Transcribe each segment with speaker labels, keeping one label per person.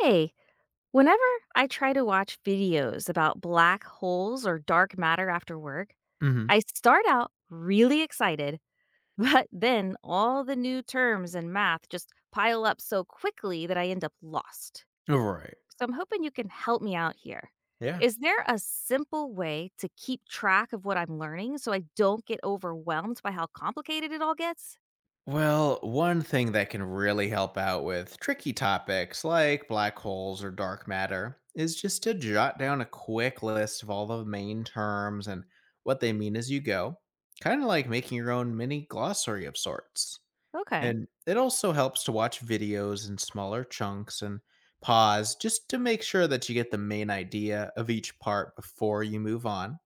Speaker 1: Hey, whenever I try to watch videos about black holes or dark matter after work,
Speaker 2: Mhm.
Speaker 1: I start out really excited, but then all the new terms and math just pile up so quickly that I end up lost.
Speaker 2: Right.
Speaker 1: So I'm hoping you can help me out here.
Speaker 2: Yeah.
Speaker 1: Is there a simple way to keep track of what I'm learning so I don't get overwhelmed by how complicated it all gets?
Speaker 2: Well, one thing that can really help out with tricky topics like black holes or dark matter is just to jot down a quick list of all the main terms and what they mean as you go, kind of like making your own mini glossary of sorts.
Speaker 1: Okay.
Speaker 2: And it also helps to watch videos in smaller chunks and pause just to make sure that you get the main idea of each part before you move on.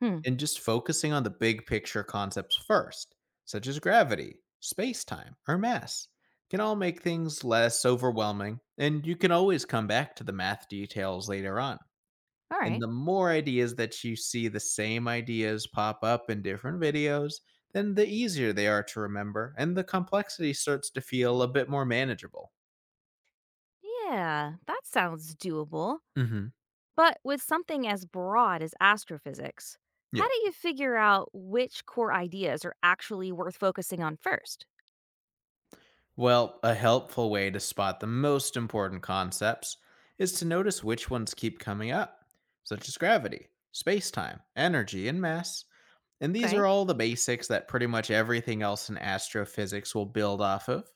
Speaker 1: Hmm.
Speaker 2: And just focusing on the big picture concepts first, such as gravity, space time, or mass, can all make things less overwhelming, and you can always come back to the math details later on.
Speaker 1: All
Speaker 2: And
Speaker 1: right.
Speaker 2: the more ideas that you see the same ideas pop up in different videos, then the easier they are to remember, and the complexity starts to feel a bit more manageable.
Speaker 1: Yeah, that sounds doable.
Speaker 2: hmm
Speaker 1: But with something as broad as astrophysics, how
Speaker 2: Yeah.
Speaker 1: do you figure out which core ideas are actually worth focusing on first?
Speaker 2: Well, a helpful way to spot the most important concepts is to notice which ones keep coming up, such as gravity, space time, energy, and mass. And these
Speaker 1: Okay.
Speaker 2: are all the basics that pretty much everything else in astrophysics will build off of.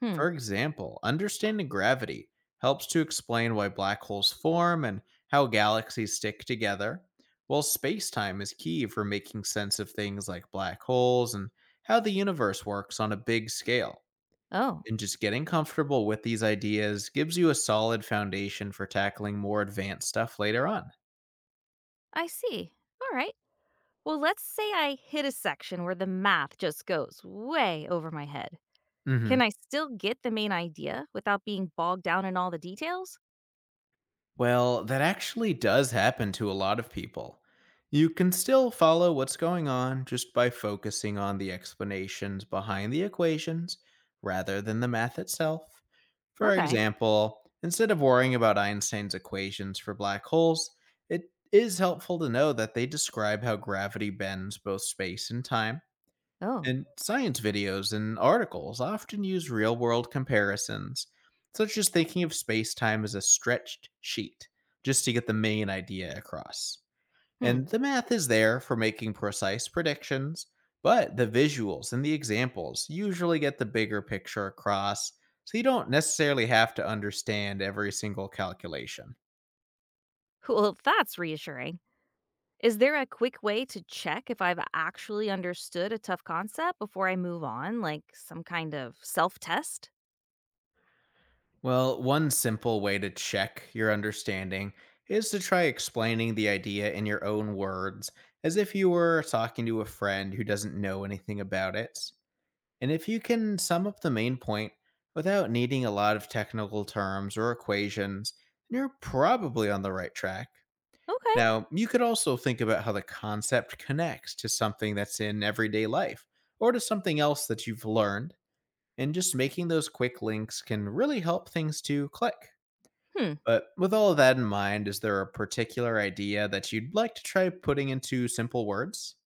Speaker 1: Hmm.
Speaker 2: For example, understanding gravity helps to explain why black holes form and how galaxies stick together, while space time is key for making sense of things like black holes and how the universe works on a big scale,
Speaker 1: Oh,
Speaker 2: and just getting comfortable with these ideas gives you a solid foundation for tackling more advanced stuff later on.
Speaker 1: I see. All right. Well, let's say I hit a section where the math just goes way over my head.
Speaker 2: hmm
Speaker 1: Can I still get the main idea without being bogged down in all the details?
Speaker 2: Well, that actually does happen to a lot of people. You can still follow what's going on just by focusing on the explanations behind the equations rather than the math itself. For
Speaker 1: Okay.
Speaker 2: example, instead of worrying about Einstein's equations for black holes, it is helpful to know that they describe how gravity bends both space and time.
Speaker 1: Oh.
Speaker 2: And science videos and articles often use real world comparisons, such as thinking of space time as a stretched sheet, just to get the main idea across.
Speaker 1: Hmm.
Speaker 2: And the math is there for making precise predictions, but the visuals and the examples usually get the bigger picture across, so you don't necessarily have to understand every single calculation.
Speaker 1: Well, that's reassuring. Is there a quick way to check if I've actually understood a tough concept before I move on, like some kind of self test?
Speaker 2: Well, one simple way to check your understanding is to try explaining the idea in your own words, as if you were talking to a friend who doesn't know anything about it. And if you can sum up the main point without needing a lot of technical terms or equations, then you're probably on the right track.
Speaker 1: Okay.
Speaker 2: Now, you could also think about how the concept connects to something that's in everyday life or to something else that you've learned, and just making those quick links can really help things to click.
Speaker 1: Hmm.
Speaker 2: But with all of that in mind, is there a particular idea that you'd like to try putting into simple words?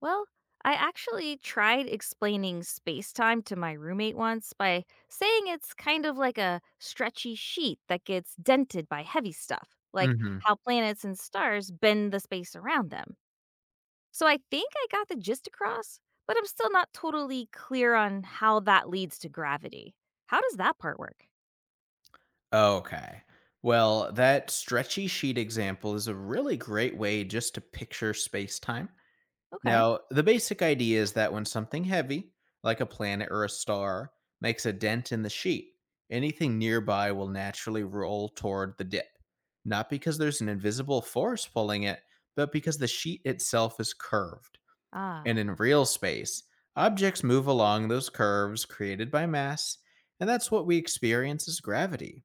Speaker 1: Well, I actually tried explaining space time to my roommate once by saying it's kind of like a stretchy sheet that gets dented by heavy stuff, like
Speaker 2: hmm
Speaker 1: how planets and stars bend the space around them. So I think I got the gist across, but I'm still not totally clear on how that leads to gravity. How does that part work?
Speaker 2: Okay. Well, that stretchy sheet example is a really great way just to picture space time.
Speaker 1: Okay.
Speaker 2: Now, the basic idea is that when something heavy, like a planet or a star, makes a dent in the sheet, anything nearby will naturally roll toward the dip. Not because there's an invisible force pulling it, but because the sheet itself is curved.
Speaker 1: Ah.
Speaker 2: And in real space, objects move along those curves created by mass, and that's what we experience as gravity.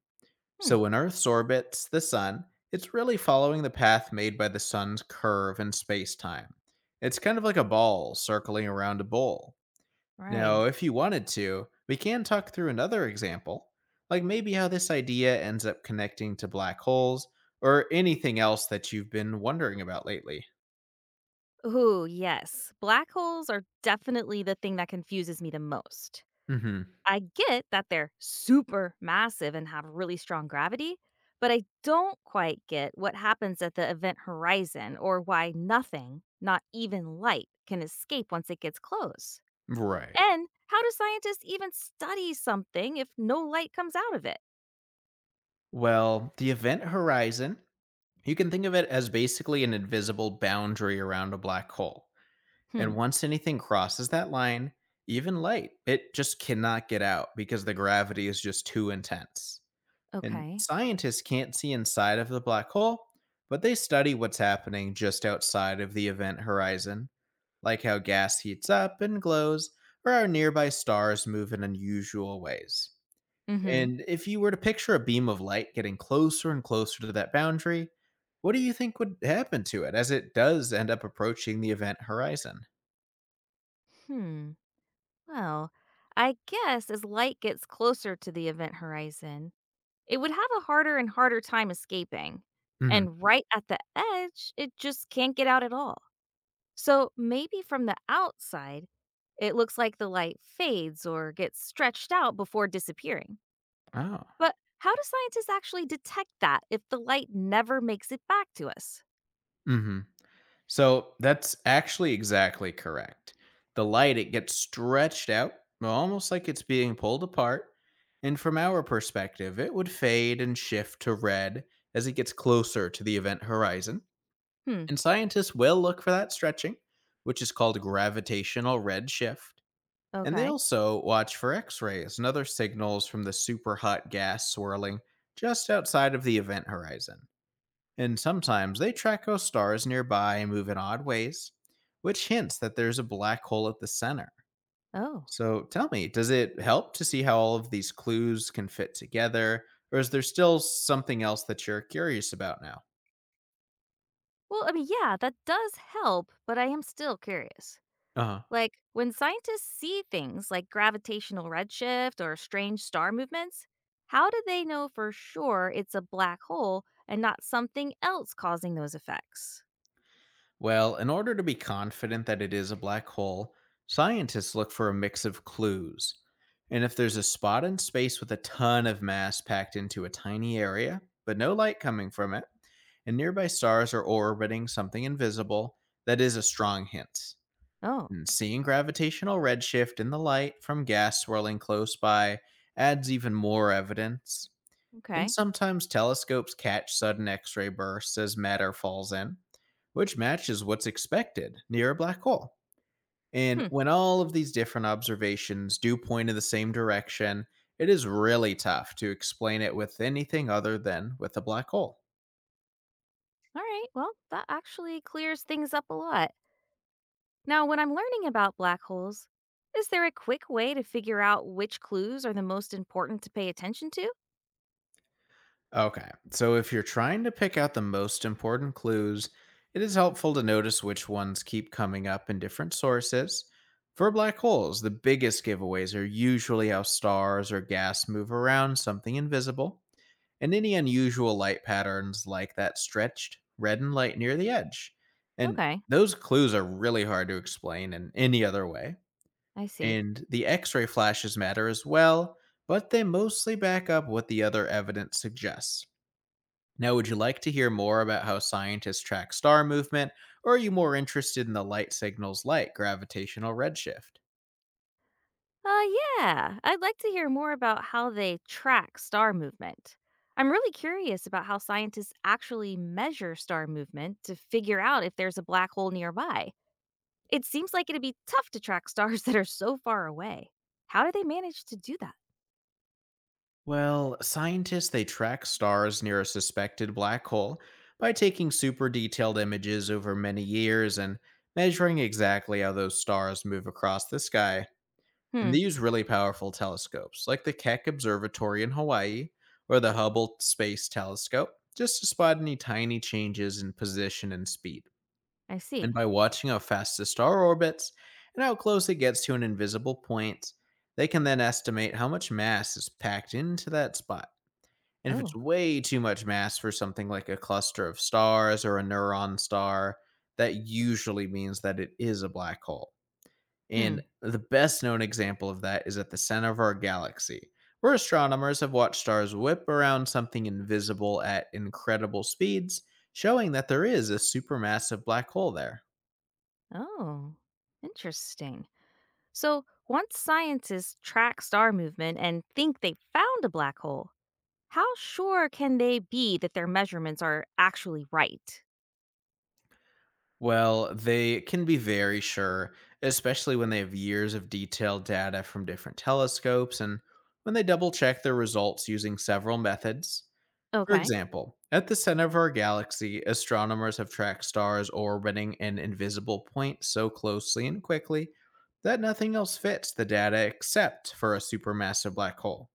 Speaker 1: Hmm.
Speaker 2: So when Earth's orbits the sun, it's really following the path made by the sun's curve in space time. It's kind of like a ball circling around a bowl.
Speaker 1: Right.
Speaker 2: Now, if you wanted to, we can talk through another example, like maybe how this idea ends up connecting to black holes or anything else that you've been wondering about lately.
Speaker 1: Ooh, yes. Black holes are definitely the thing that confuses me the most.
Speaker 2: hmm
Speaker 1: I get that they're super massive and have really strong gravity, but I don't quite get what happens at the event horizon or why nothing, not even light, can escape once it gets close.
Speaker 2: Right.
Speaker 1: And how do scientists even study something if no light comes out of it?
Speaker 2: Well, the event horizon, you can think of it as basically an invisible boundary around a black hole.
Speaker 1: Hmm.
Speaker 2: And once anything crosses that line, even light, it just cannot get out because the gravity is just too intense. And
Speaker 1: Okay.
Speaker 2: scientists can't see inside of the black hole, but they study what's happening just outside of the event horizon, like how gas heats up and glows, or how nearby stars move in unusual ways.
Speaker 1: Mm hmm.
Speaker 2: And if you were to picture a beam of light getting closer and closer to that boundary, what do you think would happen to it as it does end up approaching the event horizon?
Speaker 1: Hmm. Well, I guess as light gets closer to the event horizon, it would have a harder and harder time escaping.
Speaker 2: hmm
Speaker 1: And right at the edge, it just can't get out at all. So maybe from the outside, it looks like the light fades or gets stretched out before disappearing.
Speaker 2: Oh.
Speaker 1: But how do scientists actually detect that if the light never makes it back to us?
Speaker 2: hmm So that's actually exactly correct. The light, it gets stretched out, well, almost like it's being pulled apart. And from our perspective, it would fade and shift to red as it gets closer to the event horizon.
Speaker 1: Hmm.
Speaker 2: And scientists will look for that stretching, which is called gravitational redshift. And they
Speaker 1: Okay.
Speaker 2: also watch for X rays and other signals from the super hot gas swirling just outside of the event horizon. And sometimes they track ghost stars nearby and move in odd ways, which hints that there's a black hole at the center.
Speaker 1: Oh.
Speaker 2: So tell me, does it help to see how all of these clues can fit together? Or is there still something else that you're curious about now?
Speaker 1: Well, I mean, yeah, that does help, but I am still curious.
Speaker 2: Uh huh.
Speaker 1: Like, when scientists see things like gravitational redshift or strange star movements, how do they know for sure it's a black hole and not something else causing those effects?
Speaker 2: Well, in order to be confident that it is a black hole, scientists look for a mix of clues. And if there's a spot in space with a ton of mass packed into a tiny area, but no light coming from it, and nearby stars are orbiting something invisible, that is a strong hint.
Speaker 1: Oh,
Speaker 2: And seeing gravitational redshift in the light from gas swirling close by adds even more evidence. And
Speaker 1: okay.
Speaker 2: sometimes telescopes catch sudden X ray bursts as matter falls in, which matches what's expected near a black hole. And
Speaker 1: Hmm.
Speaker 2: when all of these different observations do point in the same direction, it is really tough to explain it with anything other than with a black hole.
Speaker 1: All right. Well, that actually clears things up a lot. Now, when I'm learning about black holes, is there a quick way to figure out which clues are the most important to pay attention to?
Speaker 2: Okay, so if you're trying to pick out the most important clues, it is helpful to notice which ones keep coming up in different sources. For black holes, the biggest giveaways are usually how stars or gas move around something invisible, and any unusual light patterns like that stretched reddened light near the edge. And
Speaker 1: Okay,
Speaker 2: those clues are really hard to explain in any other way.
Speaker 1: I see.
Speaker 2: And the X ray flashes matter as well, but they mostly back up what the other evidence suggests. Now, would you like to hear more about how scientists track star movement, or are you more interested in the light signals like gravitational redshift?
Speaker 1: Uh, yeah, I'd like to hear more about how they track star movement. I'm really curious about how scientists actually measure star movement to figure out if there's a black hole nearby. It seems like it'd be tough to track stars that are so far away. How do they manage to do that?
Speaker 2: Well, scientists they track stars near a suspected black hole by taking super detailed images over many years and measuring exactly how those stars move across the sky. And
Speaker 1: Hmm,
Speaker 2: they use really powerful telescopes like the Keck Observatory in Hawaii or the Hubble Space Telescope just to spot any tiny changes in position and speed.
Speaker 1: I
Speaker 2: And
Speaker 1: see.
Speaker 2: by watching how fast the star orbits and how close it gets to an invisible point, they can then estimate how much mass is packed into that spot. And if it's
Speaker 1: Oh,
Speaker 2: way too much mass for something like a cluster of stars or a neutron star, that usually means that it is a black hole.
Speaker 1: hmm.
Speaker 2: And the best known example of that is at the center of our galaxy, where astronomers have watched stars whip around something invisible at incredible speeds, showing that there is a supermassive black hole there.
Speaker 1: Oh, interesting. So, once scientists track star movement and think they found a black hole, how sure can they be that their measurements are actually right?
Speaker 2: Well, they can be very sure, especially when they have years of detailed data from different telescopes and when they double check their results using several methods. For
Speaker 1: Okay.
Speaker 2: example, at the center of our galaxy, astronomers have tracked stars orbiting an invisible point so closely and quickly that nothing else fits the data except for a supermassive black hole,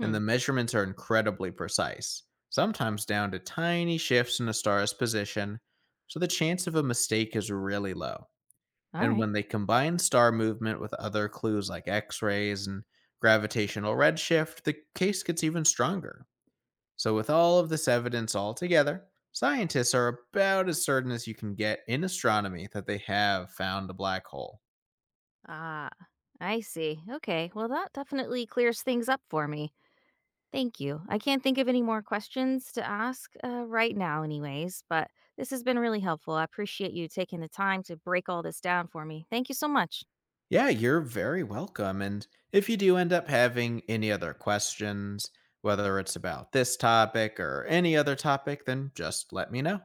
Speaker 2: and the measurements are incredibly precise, sometimes down to tiny shifts in a star's position, so the chance of a mistake is really low.
Speaker 1: All
Speaker 2: And
Speaker 1: right.
Speaker 2: when they combine star movement with other clues like X rays and gravitational redshift, the case gets even stronger. So, with all of this evidence all together, scientists are about as certain as you can get in astronomy that they have found a black hole.
Speaker 1: Ah, I see. Okay. Well, that definitely clears things up for me. Thank you. I can't think of any more questions to ask right now, anyways, but this has been really helpful. I appreciate you taking the time to break all this down for me. Thank you so much.
Speaker 2: Yeah, you're very welcome. And if you do end up having any other questions, whether it's about this topic or any other topic, then just let me know.